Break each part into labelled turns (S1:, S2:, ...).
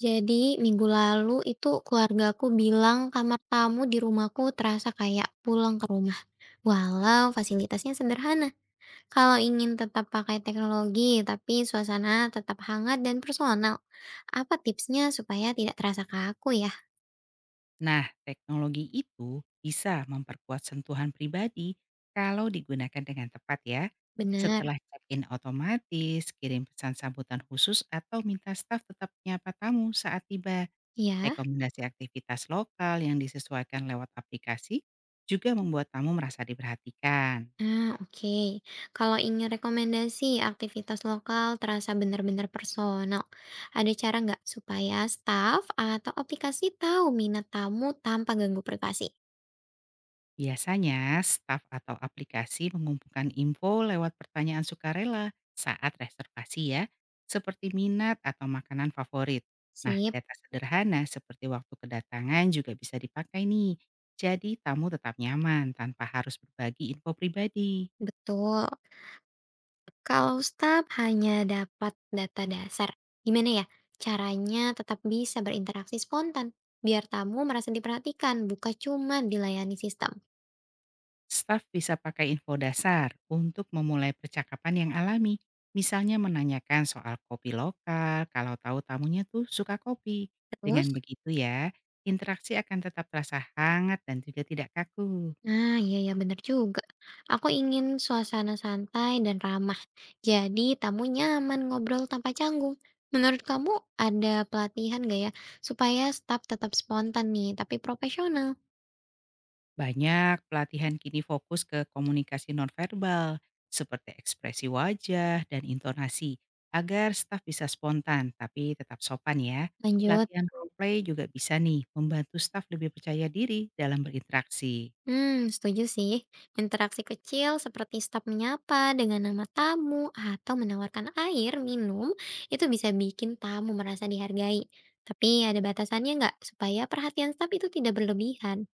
S1: Jadi minggu lalu itu keluargaku bilang kamar tamu di rumahku terasa kayak pulang ke rumah. Walau fasilitasnya sederhana. Kalau ingin tetap pakai teknologi tapi suasana tetap hangat dan personal. Apa tipsnya supaya tidak terasa kaku ya?
S2: Nah, teknologi itu bisa memperkuat sentuhan pribadi kalau digunakan dengan tepat ya.
S1: Benar.
S2: Setelah check-in otomatis, kirim pesan sambutan khusus atau minta staf tetap menyapa tamu saat tiba.
S1: Ya.
S2: Rekomendasi aktivitas lokal yang disesuaikan lewat aplikasi juga membuat tamu merasa diperhatikan.
S1: Ah, oke. Kalau ingin rekomendasi aktivitas lokal terasa benar-benar personal. Ada cara nggak supaya staff atau aplikasi tahu minat tamu tanpa ganggu privasi?
S2: Biasanya, staf atau aplikasi mengumpulkan info lewat pertanyaan sukarela saat reservasi ya, seperti minat atau makanan favorit. Nah,
S1: Sip,
S2: data sederhana seperti waktu kedatangan juga bisa dipakai nih. Jadi tamu tetap nyaman tanpa harus berbagi info pribadi.
S1: betul. Kalau staff hanya dapat data dasar, gimana ya caranya tetap bisa berinteraksi spontan biar tamu merasa diperhatikan, bukan cuma dilayani sistem.
S2: Staf bisa pakai info dasar untuk memulai percakapan yang alami. Misalnya menanyakan soal kopi lokal, kalau tahu tamunya tuh suka kopi.
S1: Terus,
S2: Dengan begitu ya, interaksi akan tetap terasa hangat dan juga tidak kaku.
S1: nah iya ya bener juga. Aku ingin suasana santai dan ramah, jadi tamu nyaman ngobrol tanpa canggung. Menurut kamu ada pelatihan gak ya supaya staff tetap spontan nih tapi profesional?
S2: Banyak pelatihan kini fokus ke komunikasi nonverbal, seperti ekspresi wajah dan intonasi, agar staf bisa spontan tapi tetap sopan ya.
S1: Lanjut.
S2: Latihan roleplay juga bisa nih membantu staf lebih percaya diri dalam berinteraksi.
S1: Setuju sih. Interaksi kecil seperti staf menyapa dengan nama tamu atau menawarkan air minum itu bisa bikin tamu merasa dihargai. Tapi ada batasannya nggak supaya perhatian staf itu tidak berlebihan?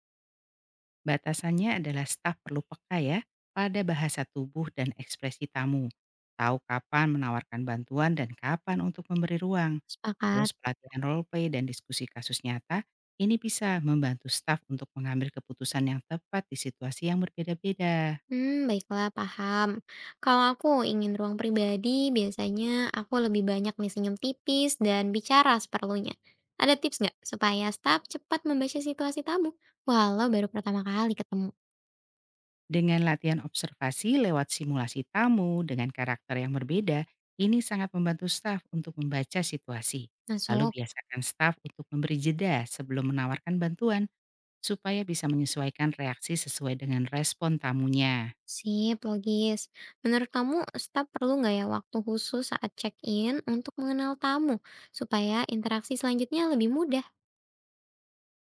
S2: Batasannya adalah staf perlu peka ya pada bahasa tubuh dan ekspresi tamu. Tahu kapan menawarkan bantuan dan kapan untuk memberi ruang.
S1: Sepakat.
S2: Terus pelatihan role play dan diskusi kasus nyata ini bisa membantu staf untuk mengambil keputusan yang tepat di situasi yang berbeda-beda.
S1: Baiklah, paham. Kalau aku ingin ruang pribadi, biasanya aku lebih banyak nih senyum tipis dan bicara seperlunya. Ada tips nggak supaya staf cepat membaca situasi tamu, walau baru pertama kali ketemu?
S2: Dengan latihan observasi lewat simulasi tamu dengan karakter yang berbeda, ini sangat membantu staf untuk membaca situasi.
S1: Masuk.
S2: Lalu biasakan staf untuk memberi jeda sebelum menawarkan bantuan supaya bisa menyesuaikan reaksi sesuai dengan respon tamunya.
S1: Sip, logis. Menurut kamu, staf perlu nggak ya waktu khusus saat check-in untuk mengenal tamu, supaya interaksi selanjutnya lebih mudah?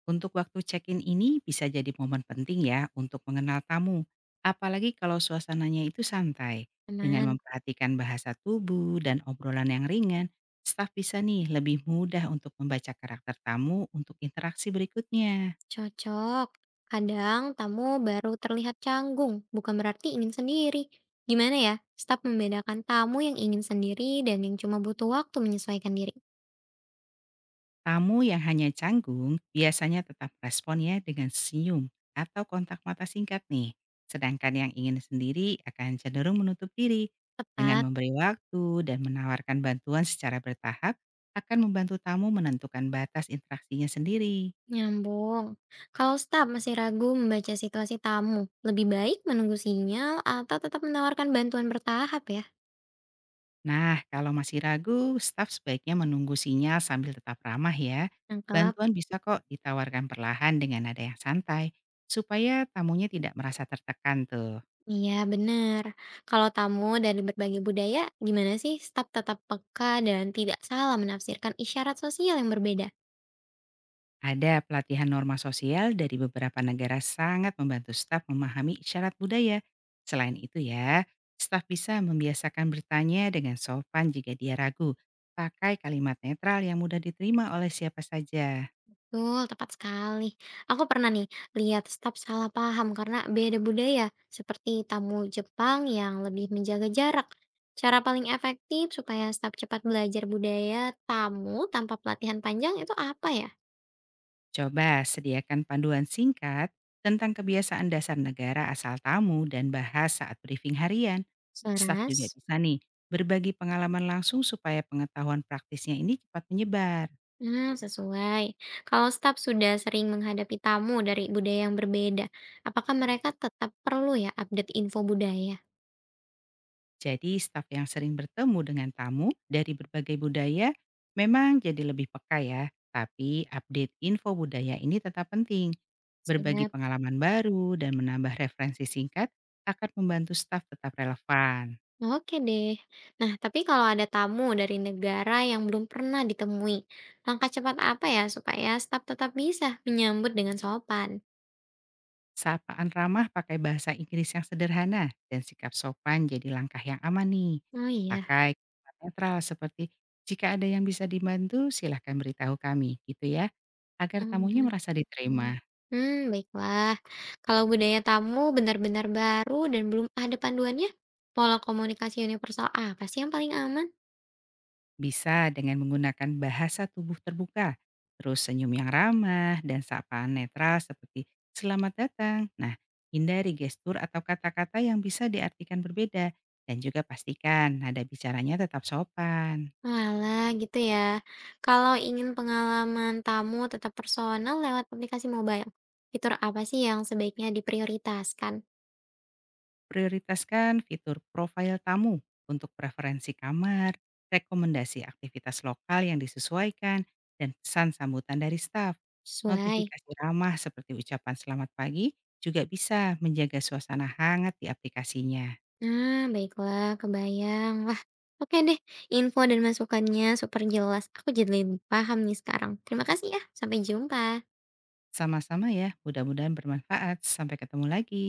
S2: Untuk waktu check-in ini bisa jadi momen penting ya untuk mengenal tamu, apalagi kalau suasananya itu santai. Dengan
S1: Aman,
S2: memperhatikan bahasa tubuh dan obrolan yang ringan, staf bisa nih lebih mudah untuk membaca karakter tamu untuk interaksi berikutnya.
S1: cocok. Kadang tamu baru terlihat canggung, bukan berarti ingin sendiri. Gimana ya, staf membedakan tamu yang ingin sendiri dan yang cuma butuh waktu menyesuaikan diri?
S2: Tamu yang hanya canggung biasanya tetap responnya dengan senyum atau kontak mata singkat nih. Sedangkan yang ingin sendiri akan cenderung menutup diri. Dengan
S1: Tepat,
S2: memberi waktu dan menawarkan bantuan secara bertahap akan membantu tamu menentukan batas interaksinya sendiri.
S1: nyambung. Kalau staf masih ragu membaca situasi tamu, lebih baik menunggu sinyal atau tetap menawarkan bantuan bertahap ya?
S2: Nah, kalau masih ragu, staf sebaiknya menunggu sinyal sambil tetap ramah ya.
S1: Nangkep.
S2: Bantuan bisa kok ditawarkan perlahan dengan nada yang santai, supaya tamunya tidak merasa tertekan tuh.
S1: Iya benar. Kalau tamu dari berbagai budaya, gimana sih staf tetap peka dan tidak salah menafsirkan isyarat sosial yang berbeda?
S2: Ada pelatihan norma sosial dari beberapa negara sangat membantu staf memahami isyarat budaya. Selain itu ya, staf bisa membiasakan bertanya dengan sopan jika dia ragu. Pakai kalimat netral yang mudah diterima oleh siapa saja.
S1: Betul, tepat sekali. Aku pernah nih lihat staf salah paham karena beda budaya, seperti tamu Jepang yang lebih menjaga jarak. Cara paling efektif supaya staf cepat belajar budaya tamu tanpa pelatihan panjang itu apa ya?
S2: Coba sediakan panduan singkat tentang kebiasaan dasar negara asal tamu dan bahas saat briefing harian. Staf
S1: Saras?
S2: juga bisa nih berbagi pengalaman langsung supaya pengetahuan praktisnya ini cepat menyebar.
S1: Nah, sesuai. Kalau staf sudah sering menghadapi tamu dari budaya yang berbeda, apakah mereka tetap perlu ya update info budaya?
S2: Jadi staf yang sering bertemu dengan tamu dari berbagai budaya memang jadi lebih peka ya. Tapi update info budaya ini tetap penting. Berbagi
S1: Siap.
S2: pengalaman baru dan menambah referensi singkat akan membantu staf tetap relevan.
S1: Oke deh. Nah, tapi kalau ada tamu dari negara yang belum pernah ditemui, langkah cepat apa ya supaya staf tetap bisa menyambut dengan sopan?
S2: Sapaan ramah pakai bahasa Inggris yang sederhana dan sikap sopan jadi langkah yang aman nih.
S1: Oh iya.
S2: Pakai kalimat netral seperti jika ada yang bisa dibantu silahkan beritahu kami gitu ya agar tamunya
S1: Hmm,
S2: merasa diterima.
S1: Baiklah. Kalau budaya tamu benar-benar baru dan belum ada panduannya, pola komunikasi universal apa sih yang paling aman?
S2: Bisa dengan menggunakan bahasa tubuh terbuka, terus senyum yang ramah, dan sapaan netral seperti selamat datang. Nah, hindari gestur atau kata-kata yang bisa diartikan berbeda, dan juga pastikan nada bicaranya tetap sopan.
S1: Malah gitu ya. Kalau ingin pengalaman tamu tetap personal lewat aplikasi mobile, fitur apa sih yang sebaiknya diprioritaskan?
S2: Prioritaskan fitur profil tamu untuk preferensi kamar, rekomendasi aktivitas lokal yang disesuaikan, dan pesan sambutan dari staf.
S1: Sesuai.
S2: Notifikasi ramah seperti ucapan selamat pagi juga bisa menjaga suasana hangat di aplikasinya.
S1: Nah, baiklah, kebayang. Wah, oke deh. Info dan masukannya super jelas. Aku jadi lebih paham nih sekarang. Terima kasih ya. Sampai jumpa.
S2: Sama-sama ya, mudah-mudahan bermanfaat. Sampai ketemu lagi.